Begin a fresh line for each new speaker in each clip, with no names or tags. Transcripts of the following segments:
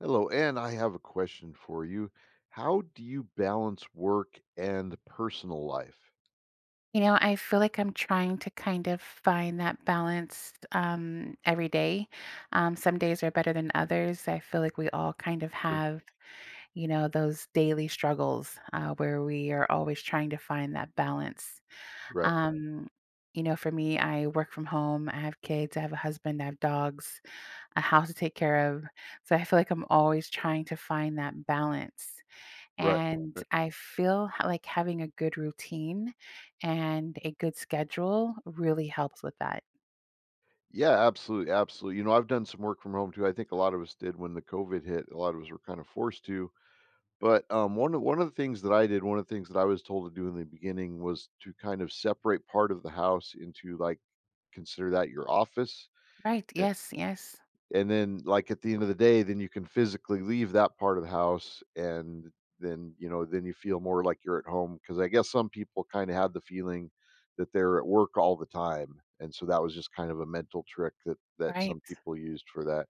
Hello, and I have a question for you. How do you balance work and personal life?
You know, I feel like I'm trying to kind of find that balance every day. Some days are better than others. I feel like we all kind of
Sure.
have, you know, those daily struggles where we are always trying to find that balance.
Right.
Um, you know, for me, I work from home. I have kids. I have a husband. I have dogs. A house to take care of. So I feel like I'm always trying to find that balance.
Right.
And
Right.
I feel h like having a good routine and a good schedule really helps with that.
Yeah, absolutely. Absolutely. You know, I've done some work from home too. I think a lot of us did when the COVID hit. A lot of us were kind of forced to. But one of the things that I did, one of the things that I was told to do in the beginning was to kind of separate part of the house into, like, consider that your office.
Right, yes, yes,
And then, like, at the end of the day, then you can physically leave that part of the house and then you feel more like you're at home. Because I guess some people kinda had the feeling that they're at work all the time, and so that was just kind of a mental trick that
right.
some people used for that.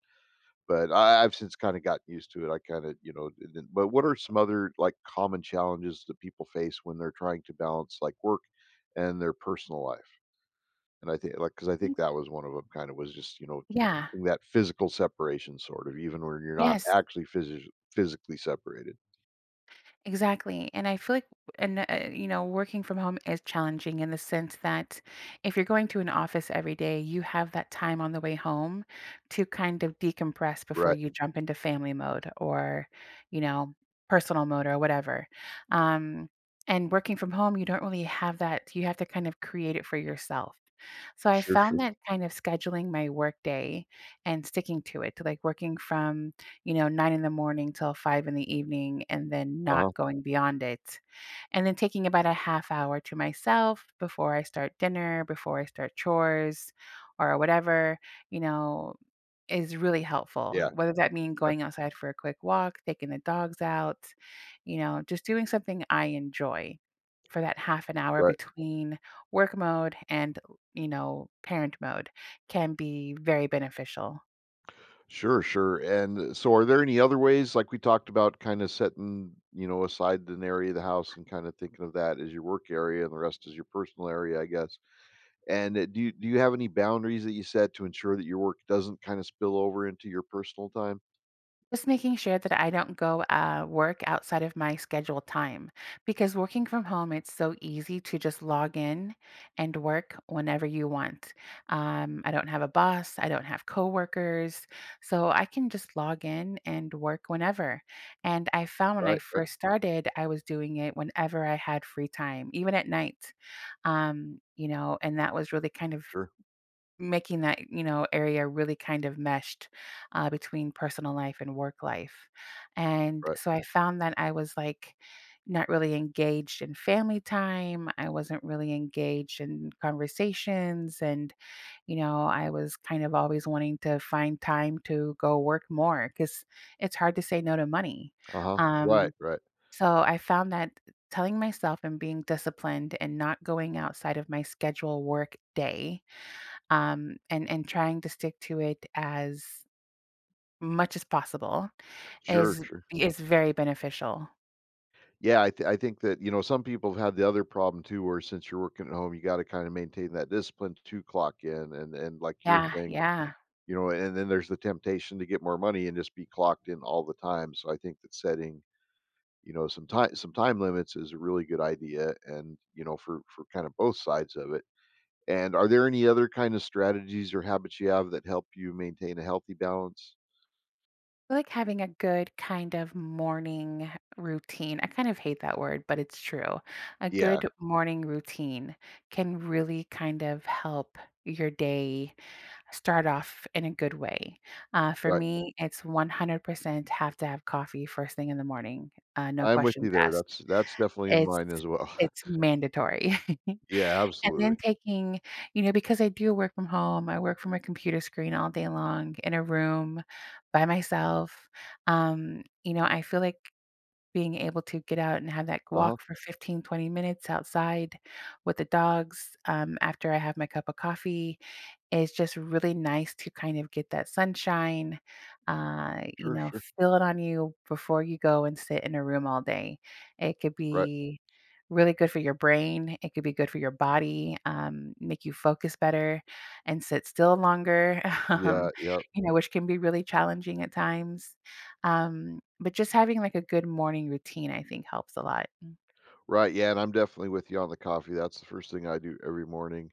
But I've since kinda gotten used to it. I kinda, it didn't, but what are some other, like, common challenges that people face when they're trying to balance, like, work and their personal life? And I think, like, because I
Mm,
think that was one of them. Kind of 'em kinda was just,
yeah,
that physical separation sort of, even when you're not
yes.
actually physis physically separated.
Exactly. And I feel like, and You know, working from home is challenging in the sense that if you're going to an office every day, you have that time on the way home to kind of decompress before
Right.
you jump into family mode or, you know, personal mode or whatever. Um, and working from home, you don't really have that. You have to kind of create it for yourself. So I
Sure,
found
sure.
that kind of scheduling my work day and sticking to it, like working from you know, 9 in the morning till 5 in the evening and then not
Uh-huh.
going beyond it. And then taking about a half hour to myself before I start dinner, before I start chores or whatever, you know, is really helpful.
Yeah,
Whether that mean
yeah,
going outside for a quick walk, taking the dogs out, you know, just doing something I enjoy for that half an hour
right.
between work mode and, you know, parent mode can be very beneficial.
Sure, sure, and so are there any other ways, like we talked about kinda setting, aside an area of the house and kinda thinking of that as your work area and the rest is your personal area, I guess. And, do you have any boundaries that you set to ensure that your work doesn't kinda spill over into your personal time?
Just making sure that I don't go work outside of my scheduled time because working from home, it's so easy to just log in and work whenever you want. I don't have a boss, I don't have coworkers, so I can just log in and work whenever. And I found when I
Right, right.
first started, I was doing it whenever I had free time, even at night. You know, and that was really kind of
Sure,
making that, you know, area really kind of meshed, between personal life and work life, and
right.
so I found that I was, like, not really engaged in family time, I wasn't really engaged in conversations, and, you know, I was kind of always wanting to find time to go work more because it's hard to say no to money.
Uh-huh. Right,
um,
right.
so I found that telling myself and being disciplined and not going outside of my schedule work day, and trying to stick to it as much as possible
Sure,
is
sure.
is very beneficial.
Yeah, I think that, you know, some people have had the other problem too, where since you're working at home, you got to kind of maintain that discipline to clock in, and like you're
Yeah,
saying,
yeah.
you know, and then there's the temptation to get more money and just be clocked in all the time. So I think that setting, you know, some time limits is a really good idea, and, you know, for kind of both sides of it. And are there any other kind of strategies or habits you have that help you maintain a healthy balance?
I like having a good kind of morning routine. I kind of hate that word, but it's true. A
Yeah,
good morning routine can really kind of help your day start off in a good way. For
right.
me, it's 100% have to have coffee first thing in the morning. No
I'm with
questions
you there.
asked.
That's definitely in
It's
mine as well.
it's mandatory.
Yeah,
And then
absolutely.
taking you know, because I do work from home, I work from a computer screen all day long in a room by myself. You know, I feel like being able to get out and have that
Uh-huh.
walk for 15 to 20 minutes outside with the dogs, after I have my cup of coffee, it's just really nice to kind of get that sunshine, you
Sure,
know,
sure.
feel it on you before you go and sit in a room all day. It could
Right.
be really good for your brain. It could be good for your body, make you focus better and sit still longer, um,
Yeah, yeah.
you know, which can be really challenging at times. But just having like a good morning routine, I think helps a lot.
Right, yeah, and I'm definitely with you on the coffee. That's the first thing I do every morning,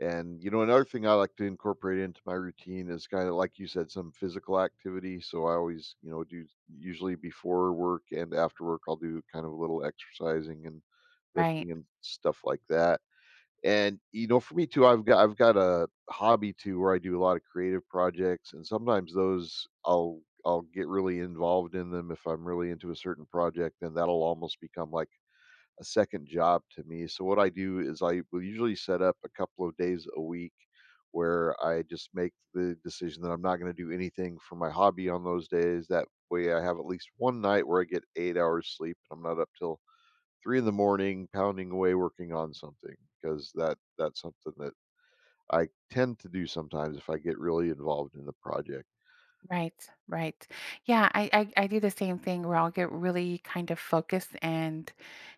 and, you know, another thing I like to incorporate into my routine is, kinda like you said, some physical activity, so I always, you know, do, usually before work and after work, I'll do kind of a little exercising and
Right.
lifting and stuff like that. And, you know, for me too, I've got a hobby too where I do a lot of creative projects, and sometimes those, I'll get really involved in them if I'm really into a certain project, and that'll almost become like a second job to me. So what I do is I will usually set up a couple of days a week where I just make the decision that I'm not going to do anything for my hobby on those days. That way I have at least one night where I get 8 hours sleep and I'm not up till 3 in the morning pounding away working on something, because that's something that I tend to do sometimes if I get really involved in the project.
Right, right. Yeah, I do the same thing where I'll get really kind of focused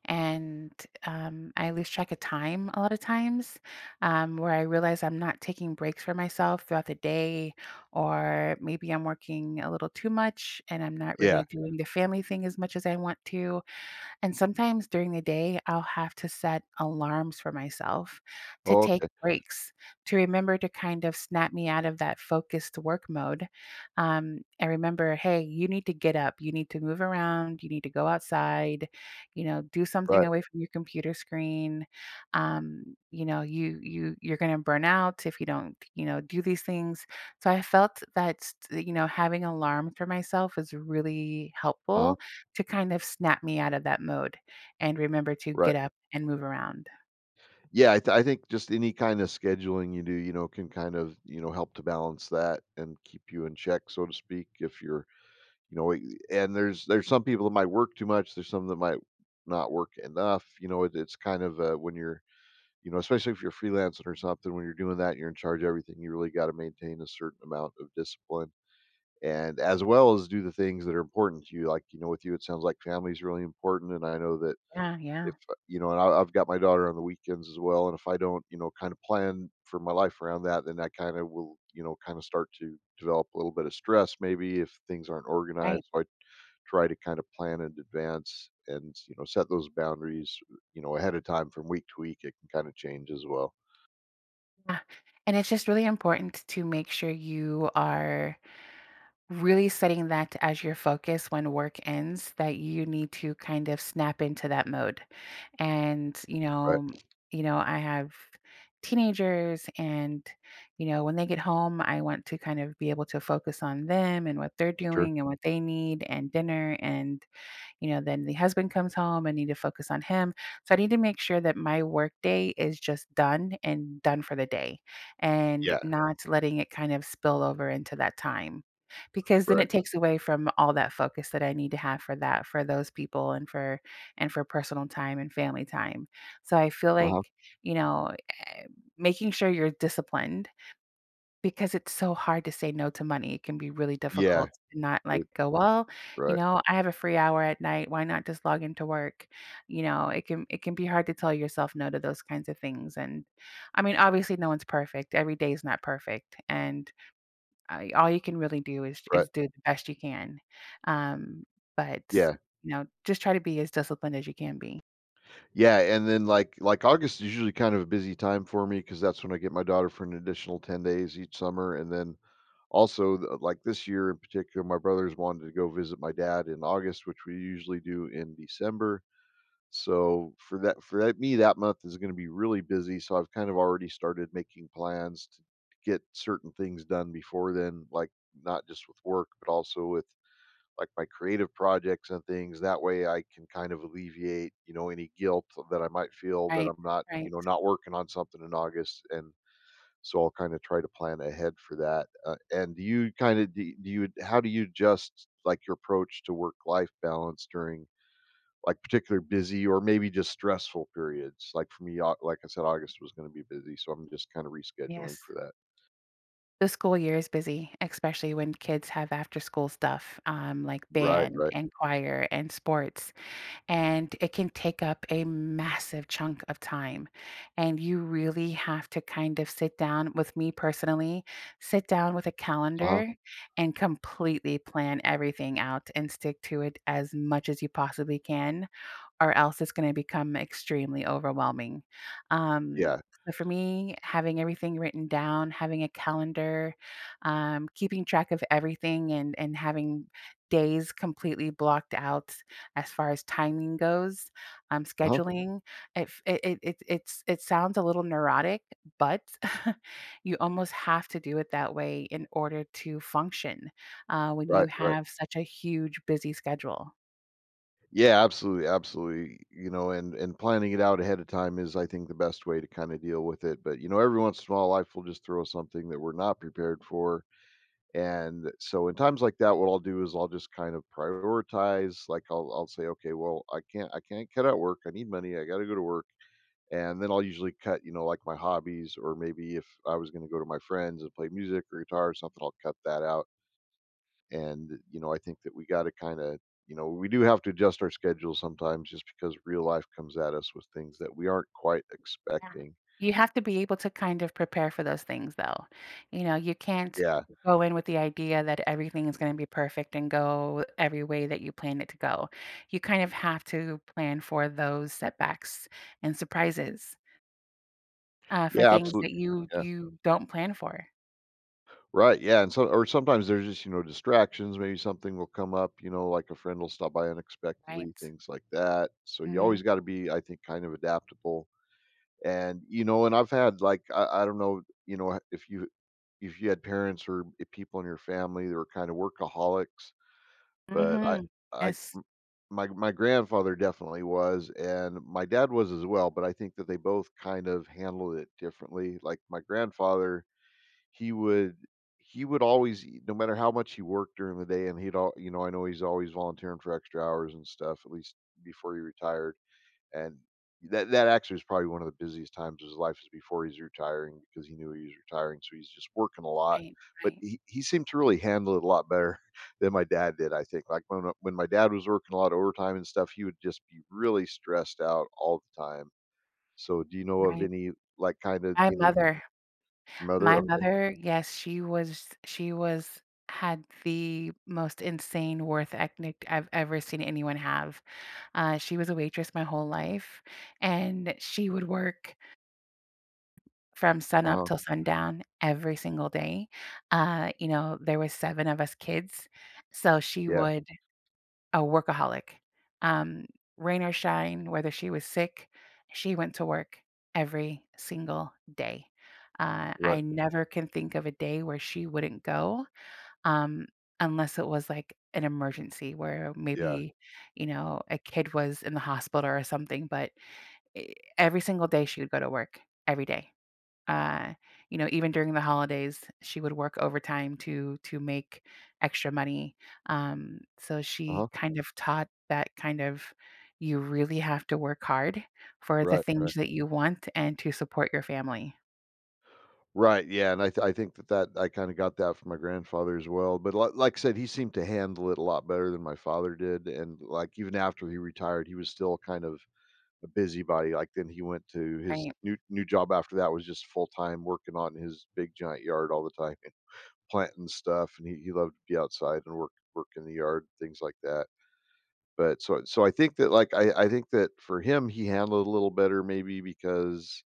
and I lose track of time a lot of times where I realize I'm not taking breaks for myself throughout the day or maybe I'm working a little too much and I'm not
Yeah.
really doing the family thing as much as I want to. And sometimes during the day, I'll have to set alarms for myself to
Oh,
take
okay.
breaks, to remember to kind of snap me out of that focused work mode. And remember, hey, you need to get up, you need to move around, you need to go outside, you know, do something
Right.
away from your computer screen. You know, you're gonna burn out if you don't, you know, do these things. So I felt that, you know, having alarms for myself was really
Uh-huh.
helpful to kind of snap me out of that mode and remember to
Right.
get up and move around.
Yeah, I think just any kind of scheduling you do, you know, can kind of, you know, help to balance that and keep you in check, so to speak, if you're, you know, I and there's some people that might work too much, there's some that might not work enough, you know, it's kind of, when you're. You know, especially if you're freelancing or something, when you're doing that, you're in charge of everything, you really gotta maintain a certain amount of discipline and as well as do the things that are important to you. Like, you know, with you, it sounds like family is really important, and I know that,
Yeah, yeah,
if you know, and I've got my daughter on the weekends as well, and if I don't, you know, kind of plan for my life around that, then I kinda will, you know, kinda start to develop a little bit of stress maybe if things aren't
right,
organized. So I try to kind of plan in advance and, you know, set those boundaries, you know, ahead of time from week to week. It can kind of change as well.
yeah, and it's just really important to make sure you are really setting that as your focus when work ends, that you need to kind of snap into that mode, and,
Right,
you know, I have teenagers and, you know, when they get home, I want to kind of be able to focus on them and what they're
sure.
doing and what they need and dinner and you know then the husband comes home, I need to focus on him, so I need to make sure that my work day is just done and done for the day and
Yeah,
not letting it kind of spill over into that time because then
right.
it takes away from all that focus that I need to have for those people and for personal time and family time. So I feel
Uh-huh.
like, you know, eh, making sure you're disciplined, because it's so hard to say no to money, it can be really
Yeah,
difficult to not, like,
it
go, "Well, you
right,
know, I have a free hour at night, why not just log into work?" You know, it can be hard to tell yourself no to those kinds of things, and, I mean, obviously, no one's perfect, every day is not perfect, and, all you can really do
right.
is do the best you can, um, but,
Yeah,
you know, just try to be as disciplined as you can be.
yeah, and then, like, August is usually kind of a busy time for me because that's when I get my daughter for an additional 10 days each summer, and then, also, the like, this year in particular, my brothers wanted to go visit my dad in August, which we usually do in December, so for that me, that month is gonna be really busy, so I've kind of already started making plans to get certain things done before then, like, not just with work, but also with, like, my creative projects and things. That way I can kind of alleviate, you know, any guilt that I might feel that
Right,
I'm not, you
right,
know, not working on something in August. And so I'll kind of try to plan ahead for that. And do you kind of, do, do you, how do you adjust, like, your approach to work life balance during like particular busy or maybe just stressful periods? Like for me, like I said, August was going to be busy. So I'm just kind of rescheduling
yes.
for that.
The school year is busy, especially when kids have after school stuff, like
Right.
band
Right.
and choir and sports, and it can take up a massive chunk of time. And you really have to kind of sit down with me personally, sit down with a
Uh huh.
calendar and completely plan everything out and stick to it as much as you possibly can or else it's gonna become extremely overwhelming. Um,
Yeah.
so for me, having everything written down, having a calendar, keeping track of everything and having days completely blocked out as far as timing goes,
Uh huh.
scheduling, it f it it it it's it sounds a little neurotic, but you almost have to do it that way in order to function, when you
Right. Right.
have such a huge busy schedule.
Yeah, absolutely, absolutely. You know, and planning it out ahead of time is, I think, the best way to kind of deal with it. But, you know, every once in a while, life will just throw something that we're not prepared for. And so, in times like that, what I'll do is I'll just kind of prioritize. Like, I'll say, okay, well, I can't cut out work. I need money. I got to go to work. And then I'll usually cut, you know, like my hobbies, or maybe if I was going to go to my friends and play music or guitar or something, I'll cut that out. And, you know, I think that we got to kind of, you know, we do have to adjust our schedule sometimes just because real life comes at us with things that we aren't quite
Yeah.
expecting.
You have to be able to kind of prepare for those things though. You know, you can't
yeah
go in with the idea that everything is going to be perfect and go every way that you plan it to go. You kind of have to plan for those setbacks and surprises, for
yeah
things that
absolutely. Yeah,
you don't plan for,
right, yeah, and so, or sometimes there's just, you know, distractions, maybe something will come up, you know, like a friend will stop by unexpectedly,
right?
things like that, so you always
Mhm.
got to be, I think, kind of adaptable. And, you know, and I've had, like, I don't know, you know, if you had parents or people in your family that were kind of workaholics, but i
Mhm.
i
Yes.
My grandfather definitely was, and my dad was as well, but I think that they both kind of handled it differently. Like my grandfather, he would he would always, no matter how much he worked during the day, and he'd all you know, I know he's always volunteering for extra hours and stuff, at least before he retired. And that actually was probably one of the busiest times of his life, is before he's retiring, because he knew he was retiring, so he's just working a lot.
Right,
But
right,
he seemed to really handle it a lot better than my dad did, I think. Like, when my dad was working a lot of overtime and stuff, he would just be really stressed out all the time. So do you know of
right.
any, like, kind of,
My
you know,
mother
mother?
My
Okay.
mother, yes, she was had the most insane worth ethic I've ever seen anyone have. She was a waitress my whole life, and she would work from
Uh
sunup
huh.
till sundown every single day. You know, there was 7 of us kids, so she
Yeah.
would a workaholic. Um, Rain or shine, whether she was sick, she went to work every single day.
Right.
I never can think of a day where she wouldn't go, um, unless it was like an emergency where
Yeah.
maybe, you know, a kid was in the hospital or something. But every single day she would go to work every day. Uh, you know, even during the holidays, she would work overtime to make extra money. So
Uh
she
huh.
kind of taught that kind of you really have to work hard for the
Right.
things
Right.
that you want and to support your family,
Right, yeah, and I think that I kinda got that from my grandfather as well, but, li like I said, he seemed to handle it a lot better than my father did, and, like, even after he retired, he was still kind of a busybody. Like, then he went to his
right?
new job after that, was just full-time working on his big giant yard all the time, and planting stuff, and he loved to be outside and work in the yard, things like that, but so I think that, like, I think that for him, he handled it a little better maybe because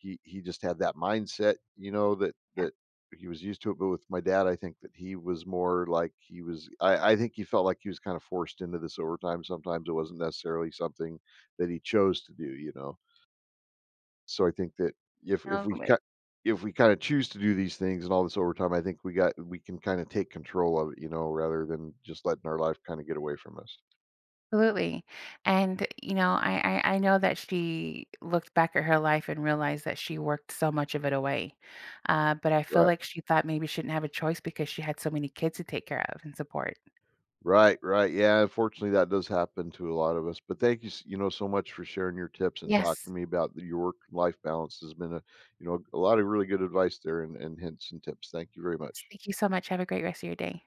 he just had that mindset, you know, that
Yeah.
that he was used to it. But with my dad, I think that he was more like he was. I think he felt like he was kind of forced into this overtime. Sometimes it wasn't necessarily something that he chose to do. So I think that, if if
No,
we
but
cut if we kind of choose to do these things and all this overtime, I think we can kind of take control of it, you know, rather than just letting our life kind of get away from us.
absolutely. And you know, I know that she looked back at her life and realized that she worked so much of it away. But I feel
Right.
like she thought maybe she didn't have a choice because she had so many kids to take care of and support.
Right, right. Yeah, unfortunately, that does happen to a lot of us. But thank you, you know, so much for sharing your tips and talking to
Yes.
me about your work and life balance. Has been a lot of really good advice there and hints and tips. Thank you very
Yes,
much.
thank you so much. Have a great rest of your day.